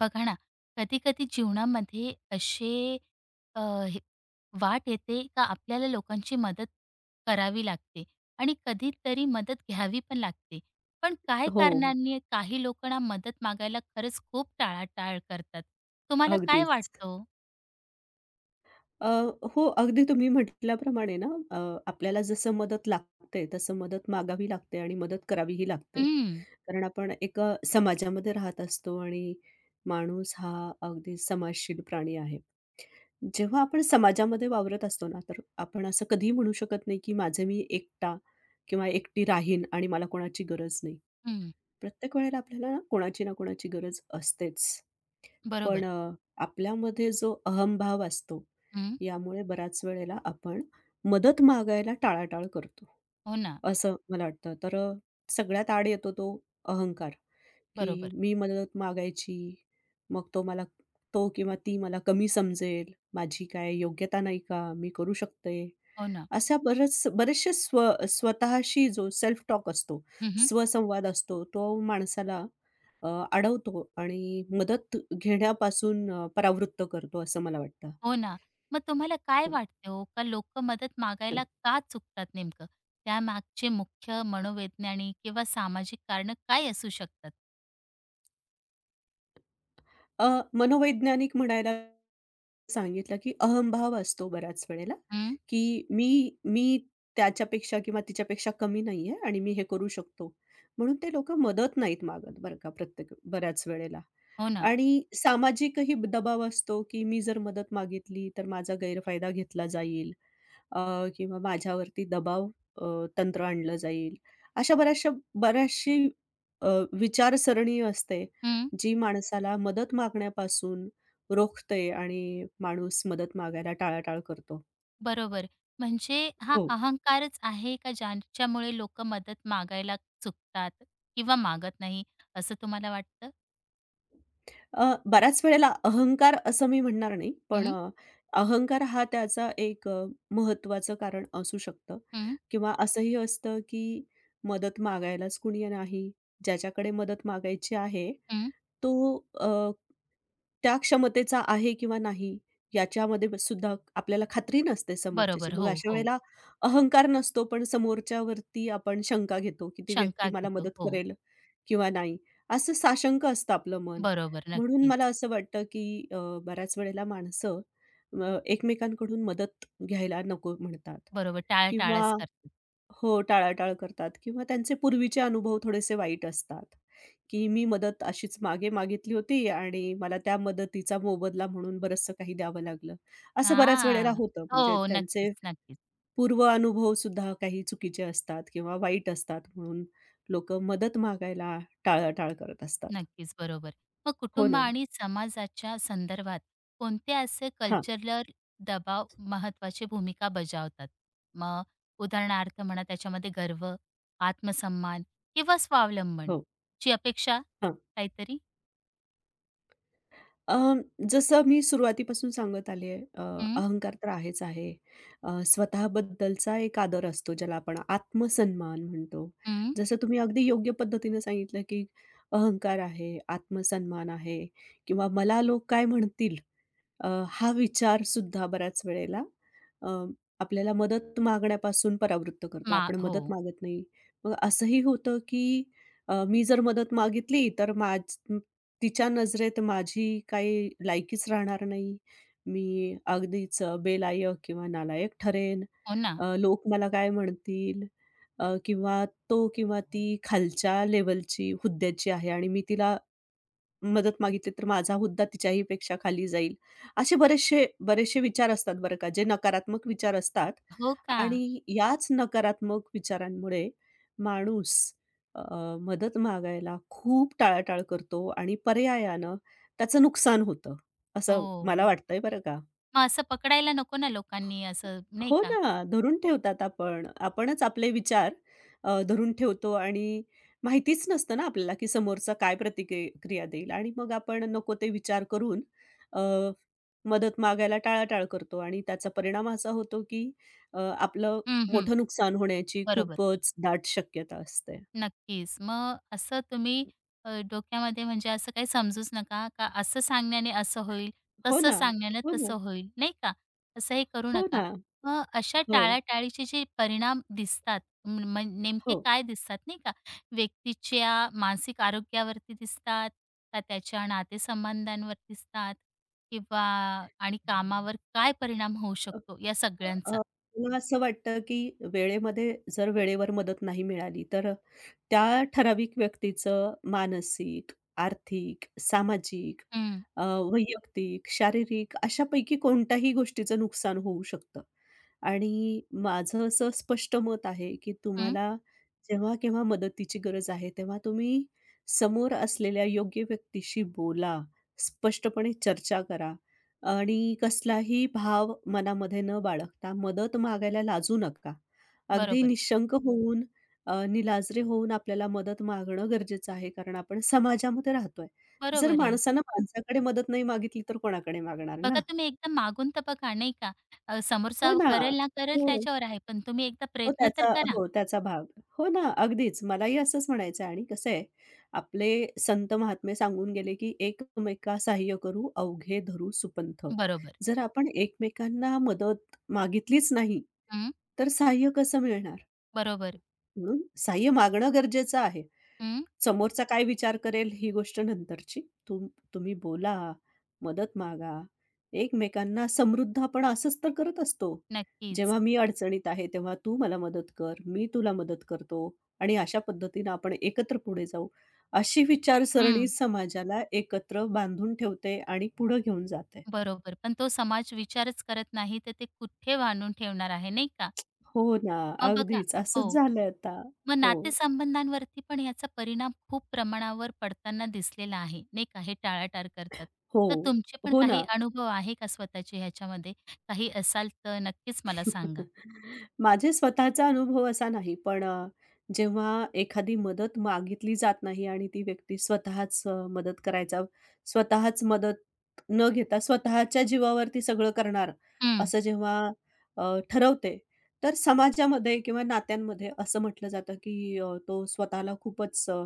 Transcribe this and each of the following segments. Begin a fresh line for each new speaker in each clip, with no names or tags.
बघा ना, कधी-कधी जीवनामध्ये असे अ, हे वाट येते का आपल्याला लोकांची मदत करावी लागते आणि कधीतरी मदत घ्यावी पण लागते. पण काही
हो,
कारणांनी काही लोक ना मदत मागायला खरंच खूप टाळाटाळ करतात. तुम्हाला काय
अगदीच.
वाटतं ओ?
अ, हो, अगदी तुम्ही म्हटल्याप्रमाणे ना आपल्याला जसं मदत लागते, तसं मदत मागावी लागते आणि मदत करावीही लागते.
हं,
कारण आपण एका समाजामध्ये राहत असतो आणि माणूस हा अगदी समाजशील प्राणी आहे. जेव्हा आपण समाजामध्ये वावरत असतो ना, तर आपण असं कधीही म्हणू शकत नाही, की माझं मी एकटा किंवा एकटी राहीन आणि मला कोणाची गरज नाही. प्रत्येक वेळेला आपल्याला ना कोणाची ना कोणाची गरज असतेच. पण
बरोबर.
आपल्यामध्ये जो अहंभाव असतो,
हं.
यामुळे बऱ्याच वेळेला आपण मदत मागायला टाळाटाळ करतो,
हो ना.
असं मला वाटतं. तर सगळ्यात आड येतो तो अहंकार. की
बरोबर.
मी मदत मागायची. मग तो मला तो किंवा ती मला कमी समजेल. माझी काय योग्यता नाही का? मी करू शकते.
हो ना.
अशा बऱ्याच बरेचसे स्वतःशी जो सेल्फ टॉक असतो, स्वसंवाद असतो, तो माणसाला अडवतो आणि मदत घेण्यापासून परावृत्त करतो असं मला वाटतं.
हो ना. मग तुम्हाला काय
हं.
वाटते हो, का लोकं मदत मागायला का चुकतात नेमकं? त्यामागचे मुख्य मनोवैज्ञानिक किंवा सामाजिक कारण काय असू शकतात?
अ, मनोवैज्ञानिक म्हणायला सांगितलं, की अहंभाव असतो बऱ्याच वेळेला,
हं,
की मी मी त्याच्यापेक्षा किंवा तिच्यापेक्षा कमी नाहीये आणि मी हे करू शकतो. म्हणून ते लोकं मदत नाहीत मागत बरं का प्रत्येक बऱ्याच वेळेला.
हो ना.
आणि सामाजिकही दबाव असतो, की मी जर मदत मागितली, तर माझा गैरफायदा घेतला जाईल अ, किंवा माझ्यावरती दबाव तंत्र आणलं जाईल. अशा बऱ्याचशी अ, विचारसरणी असते,
हं,
जी माणसाला मदत मागण्यापासून रोखते आणि माणूस मदत मागायला टाळाटाळ करतो.
बरोबर. म्हणजे हा
हो.
अहंकारच आहे का ज्यांच्यामुळे लोकं मदत मागायला चुकतात किंवा मागत नाही, असं तुम्हाला वाटतं?
बऱ्याच वेळेला अहंकार असं मी म्हणणार नाही, पण
हं,
अहंकार हा त्याचा एक महत्त्वाचं कारण असू शकतं
हं,
किंवा असंही असतं, की मदत मागायलाच कुणी नाही. ज्याच्याकडे मदत मागायची आहे,
हं.
तो त्या क्षमतेचा आहे किंवा नाही याच्यामध्ये सुद्धा आपल्याला खात्री नसते समोरच्याची.
बरोबर.
मग
हो,
अशा
हो.
वेळेला अहंकार नसतो, पण समोरच्यावरती आपण शंका घेतो, की ती व्यक्ती
शंका
मला
घेतो.
मदत
हो,
करेल किंवा नाही. असं साशंक असतं आपलं मन.
बरोबर.
म्हणून
नक्कीच.
मला असं वाटतं, की बऱ्याच वेळेला माणसं एकमेकांकडून मदत घ्यायला नको म्हणतात
बरोबर.
किंवा
टाळाटाळच करते.
हो, टाळाटाळ करतात किंवा त्यांचे पूर्वीचे अनुभव थोडेसे वाईट असतात, की मी मदत अशीच मागे मागितली होती आणि मला त्या मदतीचा मोबदला म्हणून बरचसं काही द्यावं लागलं. असं बऱ्याच वेळेला
हां.
होतं. म्हणजे
हो,
त्यांचे
नक्कीच, नक्कीच.
पूर्व अनुभव सुद्धा काही चुकीचे असतात किंवा वाईट असतात म्हणून लोकं मदत मागायला टाळाटाळ करत असतात.
नक्कीच, बरोबर. मग
हो
कुटुंब
ना.
आणि समाजाच्या संदर्भात कोणते असे
हां.
कल्चरल दबाव महत्त्वाची भूमिका बजावतात? मग उदाहरणार्थ म्हणा त्याच्यामध्ये गर्व, आत्मसन्मान किंवा स्वावलंबन
हो.
ची अपेक्षा काहीतरी?
अ, जसं मी सुरुवातीपासून सांगत आली आहे,
हं,
अहंकार तर आहेच आहे. स्वतःबद्दलचा एक आदर असतो, ज्याला आपण आत्मसन्मान म्हणतो.
हं.
जसं तुम्ही अगदी योग्य पद्धतीने सांगितलं, की अहंकार आहे, आत्मसन्मान आहे किंवा मला लोक काय म्हणतील, हा विचारसुद्धा बऱ्याच वेळेला अ, आपल्याला मदत मागण्यापासून परावृत्त करतो.
मा
आपण
हो,
मदत मागत नाही. मग असंही होतं, की मी जर मदत मागितली, तर तिच्या नजरेत माझी काही लायकीच राहणार नाही. मी अगदीच बेलायक किंवा नालायक ठरेन.
हो ना.
लोक मला काय म्हणतील? किंवा तो किंवा ती खालच्या लेवलची हुद्द्याची आहे आणि मी तिला मदत मागितली तर माझा हुद्दा तिच्याही पेक्षा खाली जाईल. असे बरेचसे बरेचसे विचार असतात बरं का, जे नकारात्मक विचार असतात
हो का?
आणि याच नकारात्मक विचारांमुळे माणूस अ, मदत मागायला खूप टाळाटाळ करतो आणि पर्यायानं त्याचं नुकसान होतं, असं
हो.
मला वाटतंय बरं का.
मग असं पकडायला नको ना लोकांनी असं नाही
हो
का?
ना, धरून ठेवतात आपण. आपणच आपले विचार धरून ठेवतो आणि माहितीच नसतं ना आपल्याला, की समोरचा काय देईल आणि मग आपण नको ते विचार करून अ, मदत मागायला टाळाटाळ करतो आणि त्याचा परिणाम असा होतो, की आपलं
हं, हं.
मोठं नुकसान होण्याची
बरोबर.
खूपच दाट शक्यता असते.
नक्कीच. मग असं तुम्ही डोक्यामध्ये म्हणजे असं काही समजूच नका, का असं सांगण्याने असं होईल,
हो
तसं
ना,
सांगण्याने
हो ना,
तसं होईल, नाही का? असं हे करू
हो
नका.
ना.
मग अशा
हो,
टाळाटाळीचे जे परिणाम दिसतात, म म नेमके
हो.
काय दिसतात, नाही का? व्यक्तीच्या मानसिक आरोग्यावरती दिसतात, का त्याच्या नातेसंबंधांवर दिसतात किंवा आणि कामावर काय परिणाम होऊ
अ,
शकतो या सगळ्यांचा?
अ, मला असं वाटतं, की वेळेमध्ये जर वेळेवर मदत नाही मिळाली तर त्या ठराविक व्यक्तीचं मानसिक, आर्थिक, सामाजिक,
हं,
अ, वैयक्तिक, शारीरिक अशापैकी कोणत्याही गोष्टीचं नुकसान होऊ शकतं. आणि माझं असं स्पष्ट मत आहे, की
हं.
तुम्हाला जेव्हा केव्हा मदतीची गरज आहे, तेव्हा तुम्ही समोर असलेल्या योग्य व्यक्तीशी बोला, स्पष्टपणे चर्चा करा आणि कसलाही भाव मनामध्ये न बाळगता मदत मागायला लाजू नका. अगदी
बरोबर.
निशंक होऊन निलाजरे होऊन आपल्याला मदत मागणं गरजेचं आहे, कारण आपण समाजामध्ये राहतोय. जर
बरोबर आहे.
माणसानं माणसाकडे मदत नाही मागितली, तर कोणाकडे मागणार ना?
बघा तुम्ही एकदा मागून तर बघा, नाही का?
हो
समोरचा
ना.
करेल ना करेल
हो,
त्याच्यावर आहे, पण तुम्ही एकदा
हो
प्रयत्न
त्याचा
तर करा.
हो, त्याचा भाग. हो ना, अगदीच. मलाही असंच म्हणायचं आहे आणि कसं आहे, आपले संत महात्मे सांगून गेले, की "एकमेका सहाय्य करू, अवघे धरू सुपंथ."
बरोबर.
जर आपण एकमेकांना मदत मागितलीच नाही,
हं,
तर सहाय्य कसं मिळणार?
बरोबर.
म्हणून सहाय्य मागणं गरजेचं आहे.
हं,
समोरचा काय विचार करेल ही गोष्ट नंतरची. तुम तुम्ही बोला, मदत मागा, एकमेकांना समृद्ध आपण असंच तर करत असतो.
नक्कीच.
जेव्हा मी अडचणीत आहे, तेव्हा तू मला मदत कर, मी तुला मदत करतो आणि अशा पद्धतीनं आपण एकत्र पुढे जाऊ. अशी विचारसरणी
हं,
समाजाला एकत्र बांधून ठेवते आणि पुढं घेऊन जाते.
बरोबर. पण तो समाज विचारच करत नाही, तर ते कुठे बांधून ठेवणार आहे, नाही का?
हो ना,
मग बघा
अगदीच असंच
हो,
झालंय आता.
मग
हो,
नातेसंबंधांवरती पण याचा परिणाम खूप प्रमाणावर पडताना दिसलेला आहे, नाही का? हे टाळाटाळ करतात.
हो,
तर तुमचे पण
हो
काही
ना.
अनुभव आहे का स्वतःचे ह्याच्यामध्ये? काही असाल तर नक्कीच मला सांगा.
माझे स्वतःचा अनुभव असा नाही, पण जेव्हा एखादी मदत मागितली जात नाही आणि ती व्यक्ती स्वतःच मदत करायचा, स्वतःच मदत न घेता स्वतःच्या जीवावरती सगळं करणार,
हं,
असं जेव्हा ठरवते, तर समाजामध्ये किंवा नात्यांमध्ये असं म्हटलं जातं, की तो स्वतःला खूपच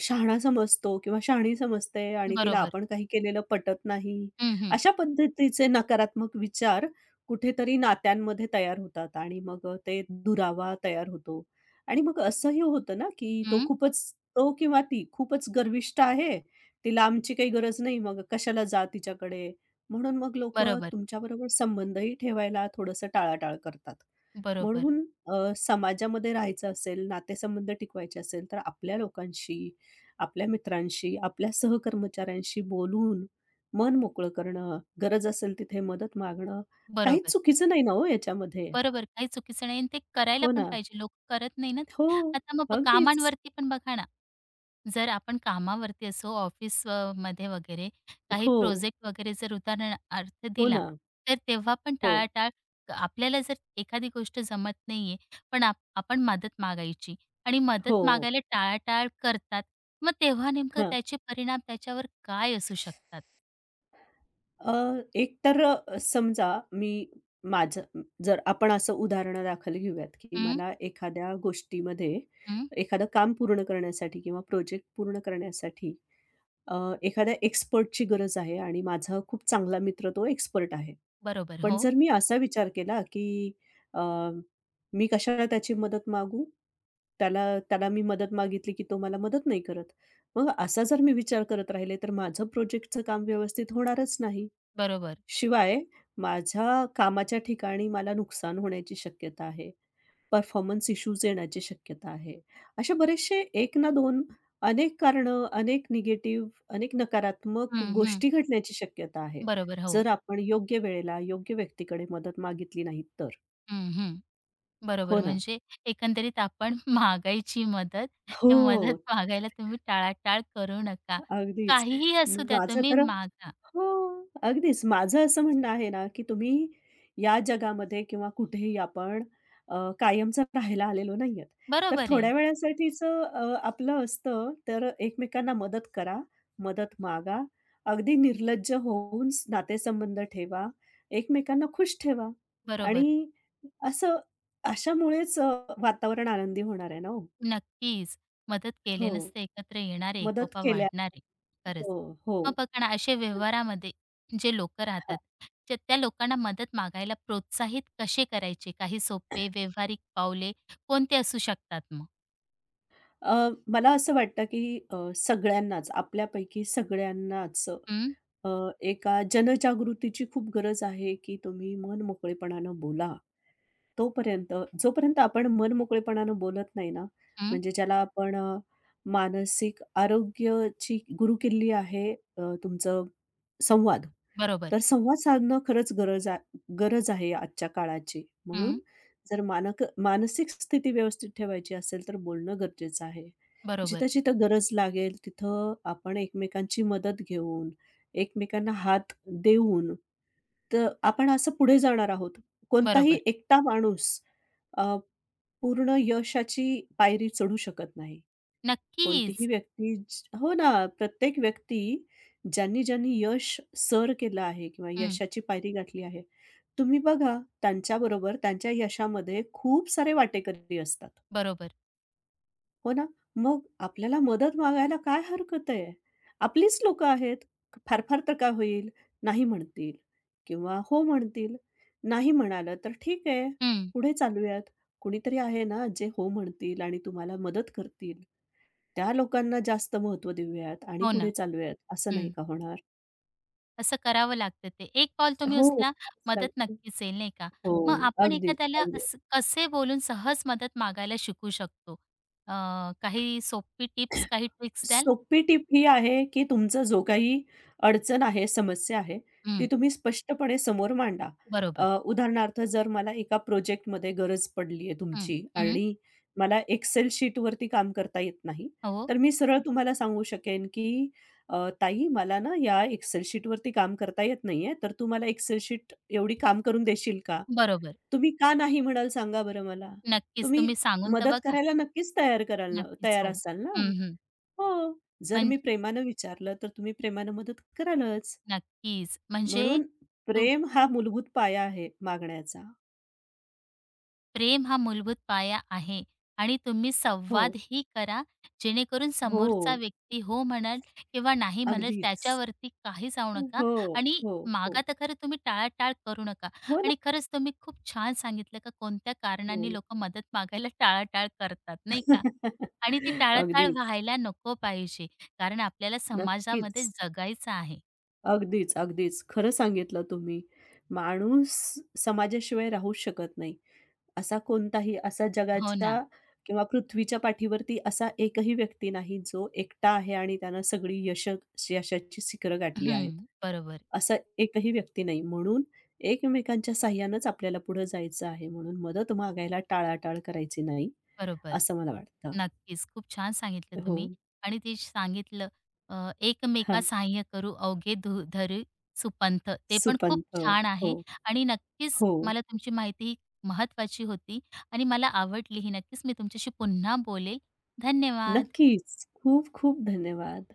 शहाणा समजतो किंवा शहाणी समजते आणि तिला
बरोबर.
आपण काही केलेलं पटत नाही.
हं, हं.
अशा पद्धतीचे नकारात्मक विचार कुठेतरी नात्यांमध्ये तयार होतात आणि मग ते दुरावा तयार होतो. आणि मग असंही होतं ना, की
हं,
तो किंवा ती खूपच गर्विष्ठ आहे. तिला आमची काही गरज नाही, मग कशाला जा तिच्याकडे. म्हणून मग लोकं
बरोबर,
तुमच्याबरोबर संबंधही ठेवायला थोडंसं टाळाटाळ करतात.
बरोबर,
म्हणून समाजामध्ये राहायचं असेल, नातेसंबंध टिकवायचे असेल, तर आपल्या लोकांशी, आपल्या मित्रांशी, आपल्या सहकर्मचाऱ्यांशी बोलून मन मोकळं करणं, गरज असेल तिथे मदत मागणं, काहीच
बरोबर,
चुकीचं नाही ना हो याच्यामध्ये.
बरोबर. काही चुकीचं नाही आणि ते करायला
हो
पण
ना.
पाहिजे. लोक करत नाही ना ते.
हो,
आता मग
अगदीच.
कामांवरती पण बघा ना, जर आपण कामावरती असो ऑफिस मध्ये वगैरे काही
हो,
प्रोजेक्ट वगैरे जर उदाहरणार्थ
हो
दिला,
ना.
तर तेव्हा पण
हो,
टाळाटाळ आपल्याला जर एखादी गोष्ट जमत नाहीये, पण आपण मदत मागायची आणि
हो.
मदत मागायला टाळाटाळ करतात. मग तेव्हा नेमकं
हां.
त्याचे परिणाम त्याच्यावर काय असू शकतात?
अ, एक तर समजा मी माझं जर आपण असं उदाहरणादाखल घेऊयात, की
हं,
मला एखाद्या गोष्टीमध्ये
हं.
एखादं काम पूर्ण करण्यासाठी किंवा प्रोजेक्ट पूर्ण करण्यासाठी अ, एखाद्या एक्सपर्टची गरज आहे आणि माझा खूप चांगला मित्र तो एक्सपर्ट आहे.
बरोबर.
पण
हो,
जर मी असा विचार केला, की अ, मी कशाला त्याची मदत मागू? त्याला त्याला मी मदत मागितली, की तो मला मदत नाही करत. मग असा जर मी विचार करत राहिले, तर माझं प्रोजेक्टचं काम व्यवस्थित होणारच नाही.
बरोबर.
शिवाय माझ्या कामाच्या ठिकाणी मला नुकसान होण्याची शक्यता आहे. परफॉर्मन्स इश्यूज येण्याची शक्यता आहे. असे बरेचसे एक ना दोन अनेक कारणं, अनेक निगेटिव्ह, अनेक नकारात्मक
हं, हं.
गोष्टी घडण्याची शक्यता आहे.
बरोबर. हो.
जर आपण योग्य वेळेला योग्य व्यक्तीकडे मदत मागितली नाही तर.
हं, हं. बरोबर.
हो ना.
म्हणजे एकंदरीत आपण मागायची मदत, ते
हो.
मदत मागायला तुम्ही टाळाटाळ करू नका.
अगदीच.
काहीही असू द्या,
माझं
तुम्ही
तर
मागा.
हो, अगदीच. माझं असं म्हणणं आहे ना, की तुम्ही या जगामध्ये किंवा कुठेही आपण कायमचं राहायला आलेलो नाहीयेत. तर
बरोबर आहे.
थोड्या वेळासाठीचं आपलं असतं, तर एकमेकांना मदत करा, मदत मागा. अगदी निर्लज्ज होऊन नातेसंबंध ठेवा, एकमेकांना खुश ठेवा
बरोबर.
आणि असं अशामुळेच वातावरण आनंदी होणार आहे ना हो.
नक्कीच. मदत
हो,
केल्यानेच ते एकत्र येणार आहे,
मदत
एकोपा
केल्या
वाढणार आहे. खरंच.
हो, हो.
मग बघा ना, असे व्यवहारामध्ये जे लोकं राहतात, जे त्या लोकांना मदत मागायला प्रोत्साहित कसे करायचे? काही सोपे व्यावहारिक पावले कोणते असू शकतात मग?
मला असं वाटतं की सगळ्यांनाच, आपल्यापैकी सगळ्यांनाच
हं,
अ, एका जनजागृतीची खूप गरज आहे, की तुम्ही मन मोकळेपणानं बोला. तोपर्यंत जोपर्यंत आपण मन मोकळेपणानं बोलत नाही ना,
हं.
म्हणजे ज्याला आपण मानसिक आरोग्याची गुरुकिल्ली आहे तुमचं संवाद.
बरोबर.
तर संवाद साधणं खरंच गरज आहे आजच्या काळाची. म्हणून
हं.
जर मानसिक स्थिती व्यवस्थित ठेवायची असेल तर बोलणं गरजेचं आहे.
बरोबर,
जिथं-जिथं गरज लागेल तिथं आपण एकमेकांची मदत घेऊन, एकमेकांना हात देऊन तर आपण असं पुढे जाणार आहोत. कोणताही
बरोबर.
एकटा माणूस अ, पूर्ण यशाची पायरी चढू शकत नाही. कोणतीही
नक्कीच.
व्यक्ती ज हो ना, प्रत्येक व्यक्ती ज्यांनी यश सर केलं आहे किंवा
हं,
यशाची पायरी गाठली आहे, तुम्ही बघा त्यांच्याबरोबर त्यांच्या यशामध्ये खूप सारे वाटेकरी असतात.
बरोबर.
हो ना? मग आपल्याला मदत मागायला काय हरकत आहे? आपलीच लोकं आहेत. फार-फार तर काय होईल? नाही म्हणतील किंवा हो म्हणतील. नाही म्हणालं तर ठीक आहे,
हं,
पुढे चालूयात. कुणीतरी आहे ना, जे हो म्हणतील आणि तुम्हाला मदत करतील. त्या लोकांना जास्त महत्त्व देऊयात आणि
हो ना.
पुढे चालूयात, असं नाही
हं,
का होणार?
असं करावं लागतं ते. एक पाऊल तुम्ही
हो,
उचला,
लाच
मदत
लागते.
नक्कीच येईल, नाही का?
हो,
मग आपण
अगदीच,
एखाद्याला
अगदी.
असं कसे बोलून सहज मदत मागायला शिकू शकतो? अ, काही सोपी टिप्स, काही ट्रिक्स द्याल?
सोपी टिप ही आहे, की तुमचं जो काही अडचण आहे, समस्या आहे, ती
हं,
तुम्ही स्पष्टपणे समोर मांडा.
बरोबर.
उदाहरणार्थ जर मला एका प्रोजेक्टमध्ये गरज पडली आहे
हं,
तुमची
हं.
आणि मला एक्सेल शीटवरती काम करता येत नाही,
हो,
तर मी सरळ तुम्हाला सांगू शकेन, की "ताई मला ना या एक्सेल शीटवरती काम करता येत नाहीये, तर तू मला एक्सेल शीट एवढी काम करून देशील का?"
बरोबर.
तुम्ही का नाही म्हणाल सांगा बरं मला?
नक्कीच,
तुम्ही
तुम्ही सांगून तर
मदत
बघा.
करायला नक्कीच
नक्कीच,
तयार
हो.
असाल ना?
हं, हं.
हो. जर
म्हण
मी प्रेमानं विचारलं, तर तुम्ही प्रेमानं मदत करालच.
नक्कीच. म्हणजे
म्हणून प्रेम हा मूलभूत पाया आहे मागण्याचा.
प्रेम हा मूलभूत पाया आहे आणि तुम्ही
हो.
संवादही करा, जेणेकरून
हो.
समोरचा व्यक्ती हो म्हणाल किंवा नाही म्हणाल
अगदीच.
त्याच्यावरती काही जाऊ नका
हो,
आणि
हो,
मागा
हो.
तर खरं तुम्ही टाळाटाळ करू नका.
हो ना.
आणि खरंच तुम्ही खूप छान सांगितलं का कोणत्या कारणांनी
हो.
लोकं मदत मागायला टाळाटाळ करतात, नाही का? आणि ती टाळाटाळ
अगदीच.
व्हायला नको पाहिजे, कारण आपल्याला समाजामध्ये
नक्कीच.
जगायचं आहे.
अगदीच, अगदीच. खरं सांगितलं तुम्ही. माणूस समाजाशिवाय राहूच शकत नाही. असा
हो ना.
जगाच्या किंवा पृथ्वीच्या पाठीवरती असा एकही व्यक्ती नाही, जो एकटा आहे आणि त्यानं सगळी यश यशाची शिखरं गाठली
हं.
आहेत.
बरोबर,
असं एकही व्यक्ती नाही. म्हणून एकमेकांच्या साहाय्यानेच आपल्याला पुढे जायचं आहे. म्हणून मदत मागायला टाळाटाळ करायची नाही,
बरोबर.
असं मला वाटतं.
नक्कीच. खूप छान सांगितलं
हो.
तुम्ही आणि ते जे सांगितलं अ, एकमेका
हां.
सहाय्य करू अवघे धरू सुपंथ. ते पण खूप
सुपंथ.
छान
हो,
आहे आणि नक्कीच
हो.
मला तुमची माहिती ही महत्त्वाची होती आणि मला आवडली ही. नक्कीच मी तुमच्याशी पुन्हा बोलेल. धन्यवाद.
नक्कीच. खूप खूप धन्यवाद.